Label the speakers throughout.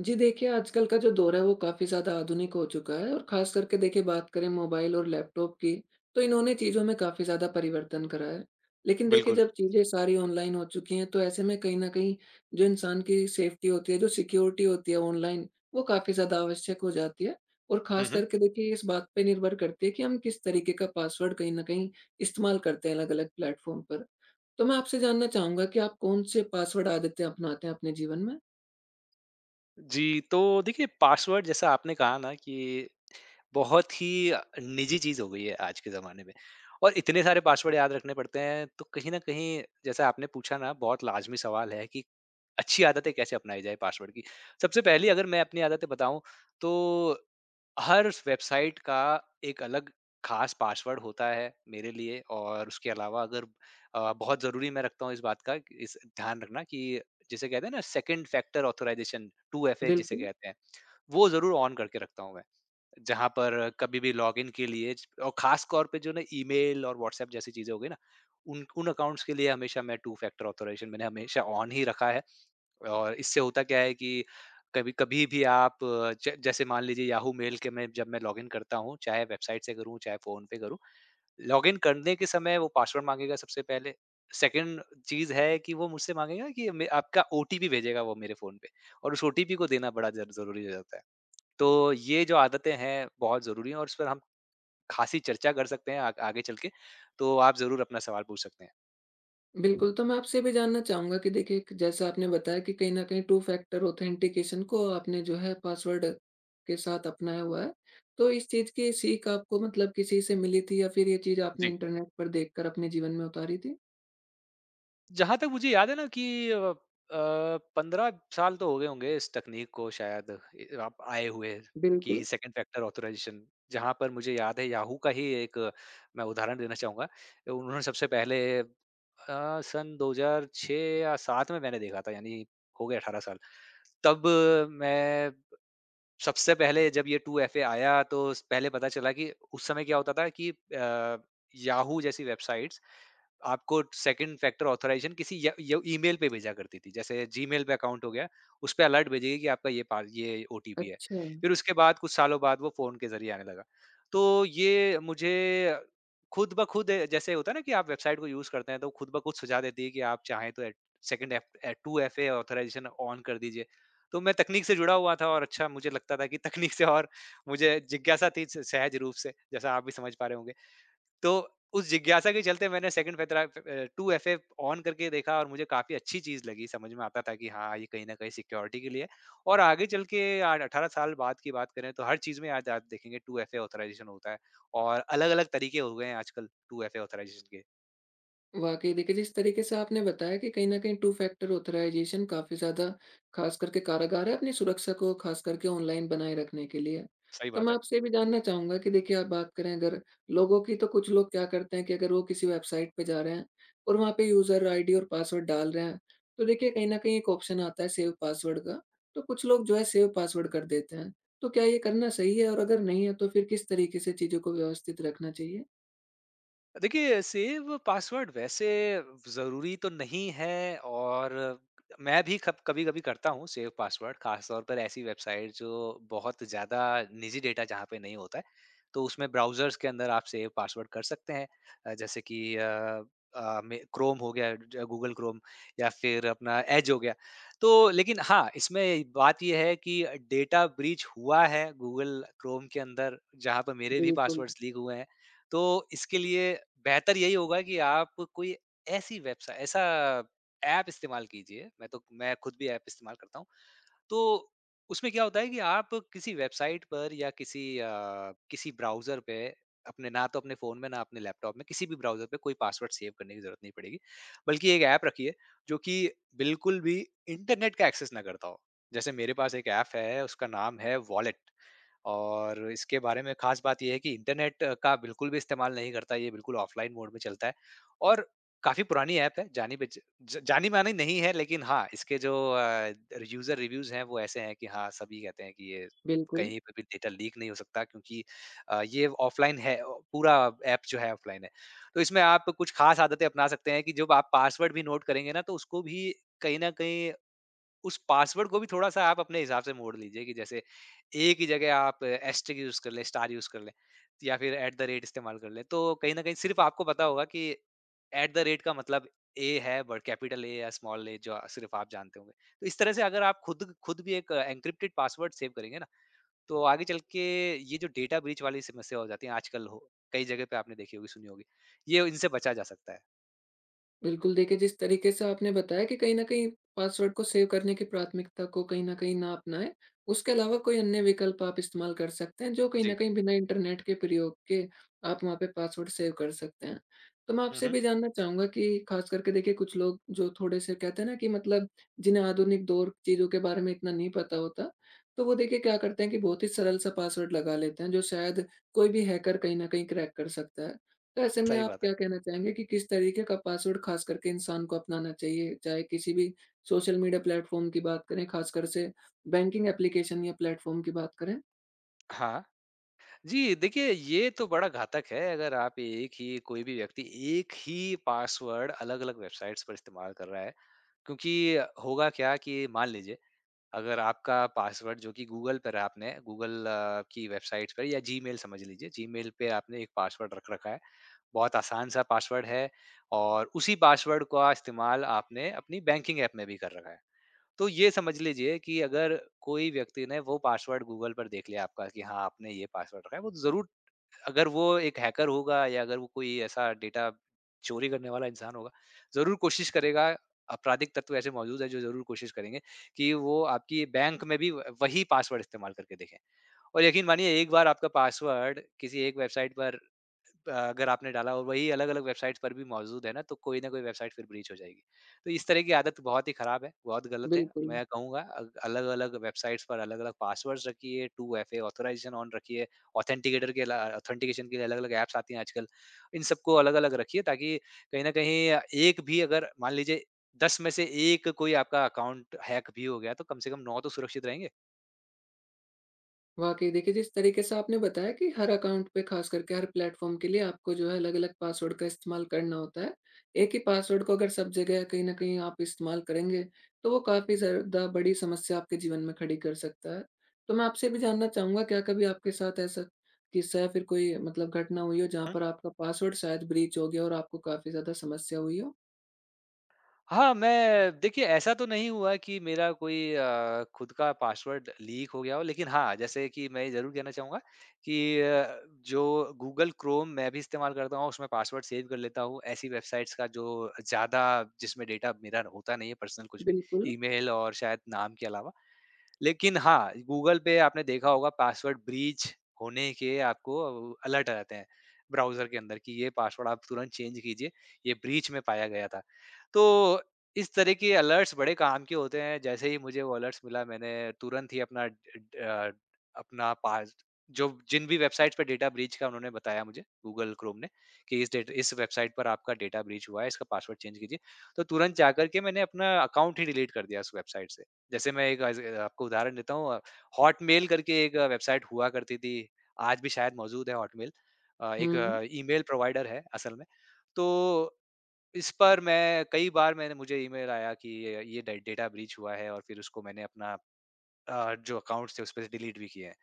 Speaker 1: जी देखिए, आजकल का जो दौर है वो काफ़ी ज़्यादा आधुनिक हो चुका है और ख़ास करके देखिए बात करें मोबाइल और लैपटॉप की, तो इन्होंने चीज़ों में काफ़ी ज़्यादा परिवर्तन करा है। लेकिन देखिए
Speaker 2: बिल्कुल।
Speaker 1: जब चीज़ें सारी ऑनलाइन हो चुकी हैं, तो ऐसे में कहीं न कहीं जो इंसान की सेफ्टी होती है, जो सिक्योरिटी होती है ऑनलाइन, वो काफ़ी ज़्यादा आवश्यक हो जाती है। और
Speaker 2: हुँ,
Speaker 1: ख़ास
Speaker 2: हुँ।
Speaker 1: करके देखिए इस बात पे निर्भर करती है कि हम किस तरीके का पासवर्ड कहीं न कहीं इस्तेमाल करते हैं अलग-अलग प्लेटफ़ॉर्म पर। तो मैं आपसे जानना चाहूँगा कि आप कौन से पासवर्ड आदतें अपनाते हैं अपने जीवन में?
Speaker 2: जी, तो देखिए पासवर्ड जैसा आपने कहा ना कि बहुत ही निजी चीज़ हो गई है आज के ज़माने में। और इतने सारे पासवर्ड याद रखने पड़ते हैं, तो कहीं न कहीं जैसा आपने पूछा ना बहुत लाज़मी सवाल है कि अच्छी आदतें कैसे अपनाई जाए पासवर्ड की। सबसे पहली अगर मैं अपनी आदतें बताऊँ, तो हर स वेबसाइट का एक अलग ख़ास पासवर्ड होता है मेरे लिए। और उसके अलावा अगर बहुत ज़रूरी मैं रखता हूँ इस बात का, कि इस ध्यान रखना कि जिसे कहते हैं ना सेकंड फैक्टर ऑथराइज़ेशन, 2FA जिसे
Speaker 1: बिल्कुल।
Speaker 2: कहते हैं, वो ज़रूर ऑन करके रखता हूँ मैं। जहाँ पर कभी भी लॉगिन के लिए ज और ख़ास तौर पे जो ना ईमेल और व्हाट्सएप जैसी चीज़ें हो गई ना, उन उन अकाउंट्स के लिए हमेशा मैं 2 फैक्टर ऑथराइज़ेशन मैंने हमेशा ऑन ही रखा है। और इससे होता क्या है, कि कभी कभी भी आप अ, ज जैसे मान लीजिए याहू मेल के मैं जब मैं लॉगिन करता हूँ, चाहे वेबसाइट से करूँ, चाहे फ़ोन पे करूँ, लॉगिन करने के समय वो पासवर्ड माँगेगा सबसे पहले। सेकंड चीज़ है कि वो मुझसे माँगेगा कि मे आपका ओटीपी भेजेगा वो मेरे फ़ोन पे, और उस ओटीपी को देना बड़ा ज़रूरी हो जाता है। तो ये जो आदतें हैं, बहुत ज़रूरी हैं, और इस पर हम ख़ासी चर्चा कर सकते हैं आग आगे चल के। तो आप ज़रूर अपना सवाल पूछ सकते
Speaker 1: बिल्कुल, तो मैं आपसे ये भी जानना चाहूँगा कि देखिए एक जैसा आपने बताया कि कहीं न कहीं टू फैक्टर ऑथेंटिकेशन को आपने जो है पासवर्ड के साथ अपनाया हुआ है। तो इस चीज़ की सीख आपको मतलब किसी से मिली थी या फिर ये चीज़ आपने
Speaker 2: हैं।
Speaker 1: इंटरनेट पर देखकर अपने जीवन में उतारी थी?
Speaker 2: जहाँ तक मुझे याद है ना कि अ, 15 साल तो हो गए होंगे इस तकनीक को शायद आप आए हुए, कि
Speaker 1: बिल्कुल,
Speaker 2: सेकंड फैक्टर ऑथराइजेशन। जहाँ पर मुझे याद है याहू का ही एक मैं उदाहरण देना चाहूँगा। उन्होंने सबसे पहले सन 2006 या 7 में मैंने देखा था, यानी हो गए 18 साल। तब मैं सबसे पहले जब ये 2FA आया, तो स पहले पता चला कि उस समय क्या होता था, कि याहू जैसी वेबसाइट्स आपको सेकंड फैक्टर ऑथराइज़ेशन किसी य यो ईमेल पे भेजा करती थी। जैसे जीमेल पे अकाउंट हो गया, उस पे अलर्ट भेजेगी कि आपका ये ओटीपी है।
Speaker 1: अच्छा।
Speaker 2: फिर उसके बाद कुछ सालों बाद वो फ़ोन के ज़रिए आने लगा। तो ये मुझे खुद ब खुद जैसे होता है ना, कि आप वेबसाइट को यूज़ करते हैं तो खुद ब खुद सुझा देती है कि आप चाहें तो at second two F A 2FA authorization on कर दीजिए। तो मैं तकनीक से जुड़ा हुआ था और अच्छा मुझे लगता था कि तकनीक से, और मुझे जिज्ञासा थी स सहज रूप से, जैसा आप भी समझ पा रहे होंगे। तो उस जिज्ञासा के चलते मैंने 2 एफए ऑन करके देखा, और मुझे काफ़ी अच्छी चीज़ लगी, समझ में आता था कि हाँ, ये कहीं न कहीं सिक्योरिटी के लिए है। और आगे चल के आज 18 साल बाद की बात करें, तो हर चीज़ में आज आप देखेंगे 2 एफए ऑथराइज़ेशन होता है, और अलग-अलग तरीके हो गए हैं आजकल 2 एफए ऑथराइज़ेशन के।
Speaker 1: वाकई देखिए जिस तरीके से आपने बताया कि कहीं न कहीं टू फैक्टर ऑथराइज़ेशन काफ़ी ज़्यादा ख़ास करके कारगर है अपनी सुरक्षा को ख़ास करके ऑनलाइन बनाए रखने के लिए।
Speaker 2: सही
Speaker 1: तो
Speaker 2: बात
Speaker 1: मैं
Speaker 2: है।
Speaker 1: आपसे ये भी जानना चाहूँगा कि देखिए आप बात करें अगर लोगों की तो कुछ लोग क्या करते हैं कि अगर वो किसी वेबसाइट पे जा रहे हैं और वहाँ पे यूज़र आईडी और पासवर्ड डाल रहे हैं, तो देखिए कहीं न कहीं एक ऑप्शन आता है सेव पासवर्ड का, तो कुछ लोग जो है सेव पासवर्ड कर देते हैं। तो क्या ये करना सही है? और अगर नहीं है तो फिर किस तरीके से चीज़ों को व्यवस्थित रखना चाहिए?
Speaker 2: देखिए सेव पासवर्ड वैसे ज़रूरी तो नहीं है, और मैं भी खब कभी-कभी करता हूँ सेव पासवर्ड, ख़ास तौर पर ऐसी वेबसाइट जो बहुत ज़्यादा निजी डेटा जहाँ पे नहीं होता है, तो उसमें ब्राउज़र्स के अंदर आप सेव पासवर्ड कर सकते हैं। जैसे कि में क्रोम हो गया, ज गूगल क्रोम, या फिर अपना एज हो गया। तो लेकिन हाँ, इसमें बात ये है कि डेटा ब्रीच हुआ है गूगल क्रोम के अंदर, जहाँ पर मेरे भी
Speaker 1: बिल्कुल,
Speaker 2: पासवर्ड्स लीक हुए हैं। तो इसके लिए बेहतर यही होगा कि आप कोई ऐसी वेबसाइ ऐसा ऐप इस्तेमाल कीजिए। मैं तो मैं खुद भी ऐप इस्तेमाल करता हूँ। तो उसमें क्या होता है कि आप किसी वेबसाइट पर या किसी ब्राउज़र पे, अपने ना तो अपने फ़ोन में ना अपने लैपटॉप में किसी भी ब्राउज़र पे कोई पासवर्ड सेव करने की ज़रूरत नहीं पड़ेगी। बल्कि एक ऐप रखिए जो कि बिल्कुल भी इंटरनेट का एक्सेस ना करता हो। जैसे मेरे पास एक ऐप है, उसका नाम है वॉलेट, और इसके बारे में ख़ास बात ये है कि इंटरनेट का बिल्कुल भी इस्तेमाल नहीं करता। ये बिल्कुल ऑफ़लाइन मोड में चलता है, और काफ़ी पुरानी ऐप है, जानी पहच ज जानी-मानी नहीं है। लेकिन हाँ, इसके जो यूज़र रिव्यूज़ हैं वो ऐसे हैं, कि हाँ, सभी कहते हैं कि ये
Speaker 1: बिल्कुल।
Speaker 2: कहीं पे भी डेटा लीक नहीं हो सकता, क्योंकि ये ऑफ़लाइन है, पूरा ऐप जो है ऑफ़लाइन है। तो इसमें आप कुछ ख़ास आदतें अपना सकते हैं, कि जब आप पासवर्ड भी नोट करेंगे ना, तो उसको भी कहीं न कहीं उस पासवर्ड को भी थोड़ा-सा आप अपने हिसाब से मोड़ लीजिए। कि जैसे एक ही जगह आप एस्टेरिक यूज़ कर लें, स्टार यूज़ कर लें, या फिर एट द रेट इस्तेमाल कर लें। तो कहीं न कहीं सिर्फ़ आपको पता होगा कि एट द रेट का मतलब ए है, बड़ कैपिटल ए या स्मॉल ए, जो सिर्फ़ आप जानते होंगे। तो इस तरह से अगर आप खुद खुद भी एक एन्क्रिप्टेड पासवर्ड सेव करेंगे ना, तो आगे चल के ये जो डेटा ब्रीच वाली समस्या हो जाती है आजकल, हो कई जगह पे आपने देखी होगी, सुनी होगी, ये इनसे बचा जा सकता है।
Speaker 1: बिल्कुल, देखिए जिस तरीके से आपने बताया कि कहीं न कहीं पासवर्ड को सेव करने की प्राथमिकता को कहीं न कहीं ना अपनाएँ। उसके अलावा कोई अन्य विकल्प आप इस्तेमाल कर सकते हैं जो कहीं न
Speaker 2: जी।
Speaker 1: कहीं बिना इंटरनेट के प्रयोग के आप वहाँ पे पासवर्ड सेव कर सकते हैं। तो मैं
Speaker 2: हुँ,
Speaker 1: आपसे
Speaker 2: हुँ।
Speaker 1: भी जानना चाहूँगा कि ख़ास करके देखिए कुछ लोग जो थोड़े-से कहते हैं ना कि मतलब जिन्हें आधुनिक दौर चीज़ों के बारे में इतना नहीं पता होता, तो वो देखिए क्या करते हैं कि बहुत ही सरल सा पासवर्ड लगा लेते हैं जो शायद कोई भी हैकर कहीं न कहीं क्रैक कर सकता है। तो ऐसे में
Speaker 2: सही
Speaker 1: आप
Speaker 2: बात है।
Speaker 1: क्या कहना चाहेंगे कि किस तरीके का पासवर्ड खास करके इंसान को अपनाना चाहिए? चाहे किसी भी सोशल मीडिया प्लेटफ़ॉर्म की बात करें, खासकर से बैंकिंग एप्लीकेशन या प्लेटफ़ॉर्म की बात करें?
Speaker 2: हाँ। जी, देखिए ये तो बड़ा घातक है अगर आप एक ही कोई भी व्यक्ति एक ही पासवर्ड अलग-अलग वेबसाइट्स पर इस्तेमाल कर रहा है। क्योंकि होगा क्या कि मान लीजिए, अगर आपका पासवर्ड जो कि गूगल पर है, आपने गूगल की वेबसाइट्स पर, या जीमेल समझ लीजिए, जीमेल पे आपने एक पासवर्ड रख रखा है। बहुत आसान-सा पासवर्ड है, और उसी पासवर्ड का इस्तेमाल आपने अपनी बैंकिंग ऐप में भी कर रखा है। तो ये समझ लीजिए, कि अगर कोई व्यक्ति ने वो पासवर्ड गूगल पर देख लिया आपका, कि हाँ, आपने ये पासवर्ड रखा है, वो ज़रूर, अगर वो एक हैकर होगा या अगर वो कोई ऐसा डेटा चोरी करने वाला इंसान होगा, ज़रूर कोशिश करेगा। आपराधिक तत्व ऐसे मौजूद हैं जो ज़रूर कोशिश करेंगे, कि वो आपकी बैंक में भी व वही पासवर्ड इस्तेमाल करके देखें। और यकीन मानिए, एक बार आपका पासवर्ड किसी एक वेबसाइट पर अगर आपने डाला और वही अलग-अलग वेबसाइट्स पर भी मौजूद है ना, तो कोई न कोई वेबसाइट फिर ब्रीच हो जाएगी। तो इस तरह की आदत बहुत ही खराब है, बहुत गलत है।
Speaker 1: बिल्कुल।
Speaker 2: मैं कहूँगा अलग-अलग वेबसाइट्स पर अलग-अलग पासवर्ड्स रखिए, 2FA ऑथराइज़ेशन ऑन रखिए, ऑथेंटिकेटर के अला ऑथेंटिकेशन के लिए अलग-अलग ऐप्स आती हैं आजकल। इन सबको अलग-अलग रखिए, ताकि कहीं न कहीं एक भी अगर मान लीजिए 10 में से 1 कोई आपका अकाउंट हैक भी हो गया, तो कम से कम 9 तो सुरक्षित रहेंगे।
Speaker 1: वाकई देखिए जिस तरीके से आपने बताया कि हर अकाउंट पे खास करके हर प्लेटफॉर्म के लिए आपको जो है अलग अलग पासवर्ड का इस्तेमाल करना होता है। एक ही पासवर्ड को अगर सब जगह कहीं ना कहीं आप इस्तेमाल करेंगे तो वो काफी ज्यादा बड़ी समस्या आपके जीवन में खड़ी कर सकता है। तो मैं आपसे भी जानना चाहूंगा क्या कभी आपके साथ ऐसा किस्सा या फिर कोई मतलब घटना हुई हो जहाँ पर आपका पासवर्ड शायद ब्रीच हो गया और आपको काफी ज्यादा समस्या हुई हो?
Speaker 2: हाँ, मैं देखिए ऐसा तो नहीं हुआ कि मेरा कोई खुद का पासवर्ड लीक हो गया हो, लेकिन हाँ, जैसे कि मैं ये ज़रूर कहना चाहूँगा कि अ, जो गूगल क्रोम मैं भी इस्तेमाल करता हूँ, उसमें पासवर्ड सेव कर लेता हूँ, ऐसी वेबसाइट्स का जो ज़्यादा जिसमें डेटा मेरा होता नहीं है पर्सनल कुछ भी,
Speaker 1: बिल्कुल।
Speaker 2: ईमेल और शायद नाम के अलावा। लेकिन हाँ, गूगल पे आपने देखा होगा पासवर्ड ब्रीच होने के आपको अलर्ट आ जाते हैं, ब्राउज़र के अंदर, कि ये पासवर्ड आप तुरंत चेंज कीजिए, ये ब्रीच में पाया गया था। तो इस तरह के अलर्ट्स बड़े काम के होते हैं, जैसे ही मुझे वो अलर्ट्स मिला, मैंने तुरंत ही अपना ड ड- अ, अपना पास जो जिन भी वेबसाइट्स पे डेटा ब्रीच का उन्होंने बताया मुझे, गूगल क्रोम ने, कि इस वेबसाइट पर आपका डेटा ब्रीच हुआ है, इसका पासवर्ड चेंज कीजिए। तो तुरंत जाकर के मैंने अपना अकाउंट ही डिलीट कर दिया उस वेबसाइट से। जैसे मैं एक आज आपको उदाहरण देता हूँ, हॉटमेल करके एक वेबसाइट हुआ करती थी, आज भी शायद मौजूद है हॉटमेल।
Speaker 1: हम्म।
Speaker 2: एक ईमेल प्रोवाइडर है असल में। तो इस पर मैं कई बार मैंने मुझे ईमेल आया कि ये डे डेटा ब्रीच हुआ है, और फिर उसको मैंने अपना जो अकाउंट्स थे उसपे से डिलीट भी किए हैं।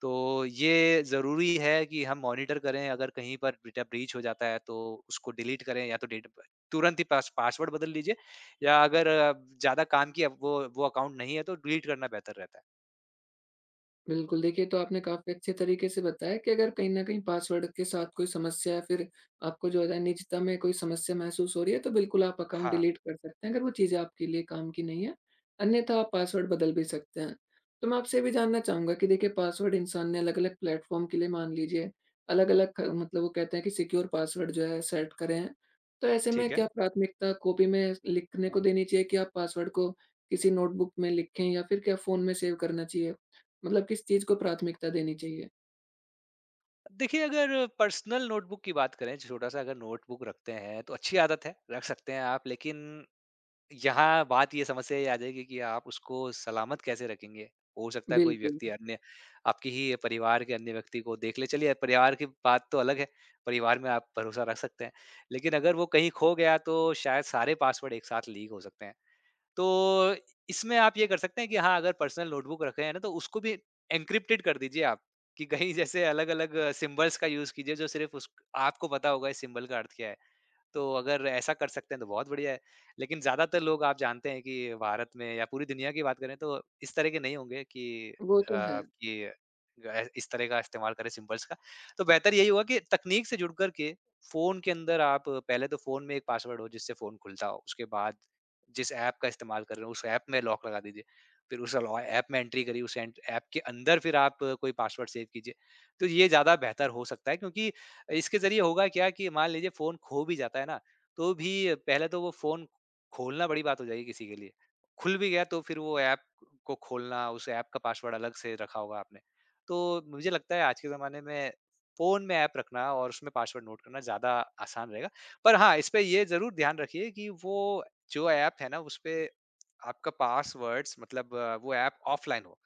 Speaker 2: तो ये ज़रूरी है कि हम मॉनिटर करें, अगर कहीं पर डेटा ब्रीच हो जाता है, तो उसको डिलीट करें, या तो डेट तुरंत ही पासवर्ड बदल लीजिए, या अगर ज़्यादा काम की अब वो अकाउंट नहीं है, तो डिलीट करना बेहतर रहता है।
Speaker 1: बिल्कुल, देखिए तो आपने काफ़ी अच्छे तरीके से बताया कि अगर कहीं न कहीं पासवर्ड के साथ कोई समस्या या फिर आपको जो है निजता में कोई समस्या महसूस हो रही है, तो बिल्कुल आप अकाउंट
Speaker 2: हाँ,
Speaker 1: डिलीट कर सकते हैं, अगर वो चीज़ें आपके लिए काम की नहीं है, अन्यथा आप पासवर्ड बदल भी सकते हैं। तो मैं आपसे ये भी जानना चाहूँगा कि देखिए पासवर्ड इंसान ने अलग-अलग प्लेटफ़ॉर्म के लिए मान लीजिए, अलग-अलग ख मतलब वो कहते हैं कि सिक्योर पासवर्ड जो है सेट करे हैं, तो ऐसे में
Speaker 2: ठीक है।
Speaker 1: क्या प्राथमिकता कॉपी में लिखने को देनी चाहिए कि आप पासवर्ड को किसी नोटबुक में लिखें या फिर क्या फ़ोन में सेव करना चाहिए? मतलब किस चीज़ को प्राथमिकता देनी चाहिए?
Speaker 2: देखिए अगर पर्सनल नोटबुक की बात करें, छोटा-सा अगर नोटबुक रखते हैं तो अच्छी आदत है, रख सकते हैं आप, लेकिन यहाँ बात ये समस्या ये आ जाएगी कि आप उसको सलामत कैसे रखेंगे? हो सकता है कोई
Speaker 1: बिल्कुल,
Speaker 2: व्यक्ति अन्य आपकी ही परिवार के अन्य व्यक्ति को देख ले। चलिए परिवार की बात तो अलग है, परिवार में आप भरोसा रख सकते हैं। लेकिन अगर वो कहीं खो गया तो शायद सारे पासवर्ड एक साथ लीक हो सकते हैं। तो इसमें आप ये कर सकते हैं कि हाँ, अगर पर्सनल नोटबुक रखे हैं ना तो उसको भी एन्क्रिप्टेड कर दीजिए आप, कि कहीं जैसे अलग-अलग सिंबल्स का यूज़ कीजिए जो सिर्फ़ उस आपको पता होगा इस सिंबल का अर्थ क्या है। तो अगर ऐसा कर सकते हैं तो बहुत बढ़िया है। लेकिन ज़्यादातर लोग आप जानते हैं कि भारत में या पूरी दुनिया की बात करें तो इस तरह के नहीं होंगे कि
Speaker 1: वो तो है।
Speaker 2: इस तरह का इस्तेमाल करें सिम्बल्स का। तो बेहतर यही होगा कि तकनीक से जुड़ कर के फ़ोन के अंदर आप पहले तो फ़ोन में एक पासवर्ड हो जिससे फ़ोन खुलता हो। उसके बाद जिस ऐप का इस्तेमाल कर रहे हो उस ऐप में लॉक लगा दीजिए। फिर उस लॉ ऐप में एंट्री करिए उस एंट ऐप के अंदर फिर आप कोई पासवर्ड सेव कीजिए। तो ये ज़्यादा बेहतर हो सकता है क्योंकि इसके ज़रिए होगा क्या कि मान लीजिए फ़ोन खो भी जाता है ना, तो भी पहले तो वो फ़ोन खोलना बड़ी बात हो जाएगी किसी के लिए। खुल भी गया तो फिर वो ऐप को खोलना, उस ऐप का पासवर्ड अलग से रखा होगा आपने। तो मुझे लगता है आज के ज़माने में फ़ोन में ऐप रखना और उसमें पासवर्ड नोट करना ज़्यादा आसान रहेगा। पर हाँ, इसपे ये ज़रूर ध्यान रखिए कि वो जो ऐप है ना, उसपे आपका पासवर्ड्स मतलब वो ऐप ऑफ़लाइन हो,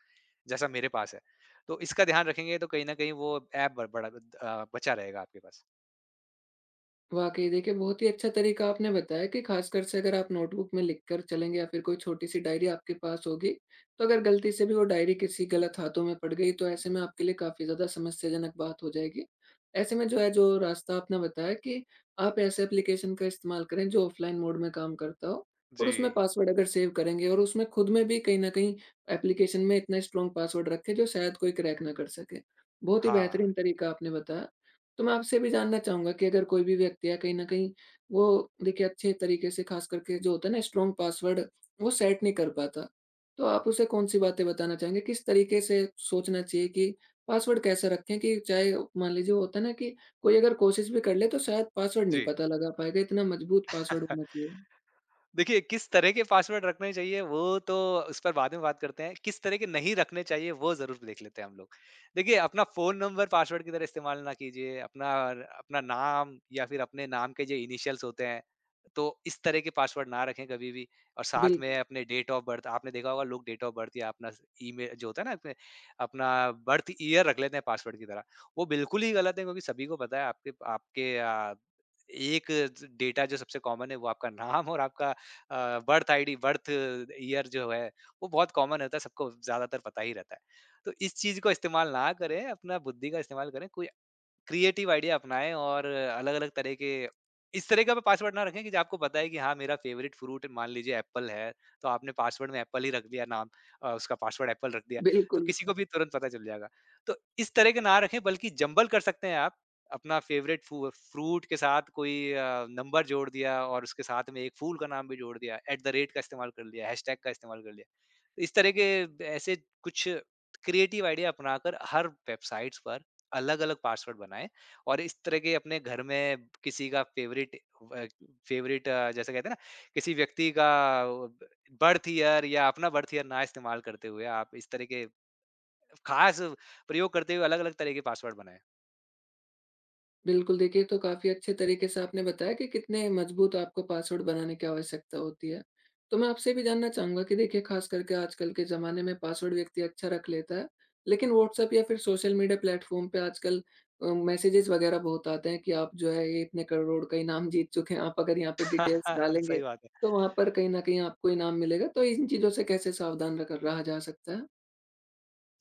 Speaker 2: जैसा मेरे पास है। तो इसका ध्यान रखेंगे तो कहीं न कहीं वो ऐप ब बड़ा बचा रहेगा आपके पास।
Speaker 1: वाक़ई देखिए, बहुत ही अच्छा तरीका आपने बताया कि ख़ासकर से अगर आप नोटबुक में लिख कर चलेंगे या फिर कोई छोटी-सी डायरी आपके पास होगी, तो अगर गलती से भी वो डायरी किसी गलत हाथों में पड़ गई तो ऐसे में आपके लिए काफ़ी ज़्यादा समस्याजनक बात हो जाएगी। ऐसे में जो है जो रास्ता आपने बताया कि आप ऐसे एप्लीकेशन का इस्तेमाल करें जो ऑफ़लाइन मोड में काम करता हो और
Speaker 2: जी,
Speaker 1: उसमें पासवर्ड अगर सेव करेंगे और उसमें खुद में भी कहीं न कहीं एप्लीकेशन में इतना स्ट्रॉन्ग पासवर्ड रखें जो शायद कोई क्रैक ना कर सके। बहुत ही
Speaker 2: हाँ,
Speaker 1: बेहतरीन तरीका आपने बताया। तो मैं आपसे भी जानना चाहूँगा कि अगर कोई भी व्यक्ति है, कहीं न कहीं वो देखिए अच्छे तरीके से ख़ास करके जो होता है ना स्ट्रॉन्ग पासवर्ड वो सेट नहीं कर पाता। तो आप उसे कौन-सी बातें बताना चाहेंगे? किस तरीके से सोचना चाहिए कि पासवर्ड कैसा रखें कि चाहे मान लीजिए वो होता है ना कि कोई अगर कोशिश भी कर ले तो शायद पासवर्ड नहीं
Speaker 2: जी।
Speaker 1: पता लगा पाएगा, इतना मजबूत पासवर्ड होना चाहिए।
Speaker 2: देखिए किस तरह के पासवर्ड रखने चाहिए वो तो उस पर बाद में बात करते हैं। किस तरह के नहीं रखने चाहिए वो जरूर देख लेते हैं हम लोग। देखिए अपना फोन नंबर पासवर्ड की तरह इस्तेमाल ना कीजिए, अपना अपना नाम या फिर अपने नाम के जो इनिशियल्स होते हैं, तो इस तरह के पासवर्ड ना रखें कभी भी। और साथ में
Speaker 1: बिल्कुल,
Speaker 2: अपने डेट ऑफ बर्थ, आपने देखा होगा लोग डेट ऑफ बर्थ या अपना ईमेल जो होता है ना, अपने अपना बर्थ ईयर रख लेते हैं पासवर्ड की तरह। वो बिल्कुल ही गलत है, क्योंकि सभी को पता है आपके आपके एक डेटा जो सबसे कॉमन है वो आपका नाम और आपका बर्थ आईडी बर्थ ईयर जो है, वो बहुत कॉमन होता है, सबको ज्यादातर पता ही रहता है। तो इस चीज को इस्तेमाल ना करें, अपना बुद्धि का इस्तेमाल करें, कोई क्रिएटिव आइडिया अपनाएँ और अलग-अलग तरह के इस तरह का पासवर्ड ना रखें कि जो आपको पता है कि हाँ, मेरा फेवरेट फ्रूट मान लीजिए एप्पल है, तो आपने पासवर्ड में एप्पल ही रख दिया नाम, उसका पासवर्ड एप्पल रख दिया, तो
Speaker 1: बिल्कुल।
Speaker 2: किसी को भी तुरंत पता चल जाएगा। तो इस तरह के ना रखें, बल्कि जंबल कर सकते हैं आप, अपना फेवरेट फू फ्रूट के साथ कोई नंबर जोड़ दिया और उसके साथ में एक फूल का नाम भी जोड़ दिया, एट द रेट का इस्तेमाल कर लिया, हैशटैग का इस्तेमाल कर लिया। इस तरह के ऐसे कुछ क्रिएटिव आइडिया अपनाकर हर वेबसाइट्स पर अलग-अलग पासवर्ड बनाएँ। और इस तरह के अपने घर में किसी का फ़ेवरेट जैसे कहते हैं ना, किसी व्यक्ति का ब बर्थ ईयर या अपना बर्थ ईयर ना इस्तेमाल करते हुए आप इस तरह के ख़ास प्रयोग करते हुए अलग-अलग तरह के पासवर्ड बनाएँ।
Speaker 1: बिल्कुल, देखिए ये तो काफ़ी अच्छे तरीके से आपने बताया कि कितने मजबूत आपको पासवर्ड बनाने की आवश्यकता होती है। तो मैं आपसे भी जानना चाहूँगा कि देखिए ख़ास करके आजकल के ज़माने में पासवर्ड व्यक्ति अच्छा रख लेता है, लेकिन व्हाट्सएप या फिर सोशल मीडिया प्लेटफ़ॉर्म पे आजकल मैसेजेज़ वग़ैरह बहुत आते हैं कि आप जो है ये इतने करोड़ का इनाम जीत चुके हैं, आप अगर यहाँ पे डिटेल्स डालेंगे,
Speaker 2: सही बात है।
Speaker 1: तो वहाँ पर कहीं न कहीं आपको इनाम मिलेगा। तो इन चीज़ों से कैसे सावधान रख रहा जा सकता है?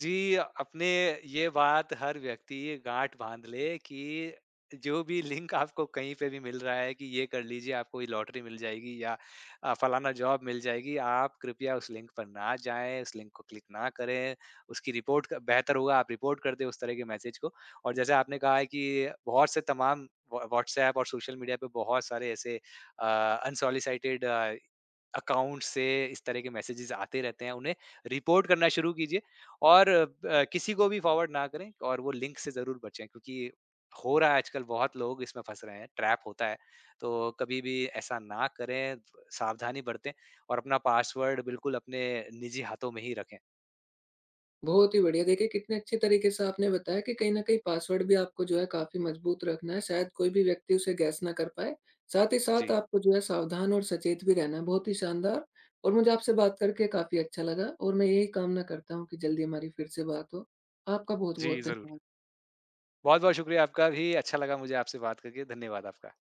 Speaker 2: जी, अपने ये बात हर व्यक्ति गाँठ बाँध ले कि जो भी लिंक आपको कहीं पे भी मिल रहा है कि ये कर लीजिए, आपको ये लॉटरी मिल जाएगी या फलाना जॉब मिल जाएगी, आप कृपया उस लिंक पर ना जाएँ, उस लिंक को क्लिक ना करें, उसकी रिपोर्ट क बेहतर होगा आप रिपोर्ट कर दें उस तरह के मैसेज को। और जैसे आपने कहा है कि बहुत से तमाम व्हाट्सऐप और सोशल मीडिया पे बहुत सारे ऐसे अनसॉलिसिटेड अकाउंट से इस तरह के मैसेजेस आते रहते हैं, उन्हें रिपोर्ट करना शुरू कीजिए। और किसी को भी फॉरवर्ड ना करें और वो लिंक से ज़रूर बचें, क्योंकि हो रहा है आजकल, बहुत लोग इसमें फँस रहे हैं, ट्रैप होता है। तो कभी भी ऐसा ना करें, सावधानी बरतें और अपना पासवर्ड बिल्कुल अपने निजी हाथों में ही रखें।
Speaker 1: बहुत ही बढ़िया। देखिए, कितने अच्छे तरीके से आपने बताया कि कहीं न कहीं पासवर्ड भी आपको जो है काफ़ी मजबूत रखना है, शायद कोई भी व्यक्ति उसे गैस ना कर पाए। साथ ही
Speaker 2: जी,
Speaker 1: साथ आपको जो है सावधान और सचेत भी रहना है, बहुत ही शानदार और मुझे आपसे बात करके काफ़ी अच्छा लगा और मैं यही कामना करता हूँ कि जल्दी हमारी फिर से बात हो। आपका
Speaker 2: जी,
Speaker 1: बहुत-बहुत
Speaker 2: ज़रूर।
Speaker 1: धन्यवाद।
Speaker 2: बहुत-बहुत शुक्रिया आपका भी, अच्छा लगा मुझे आपसे बात करके, धन्यवाद आपका।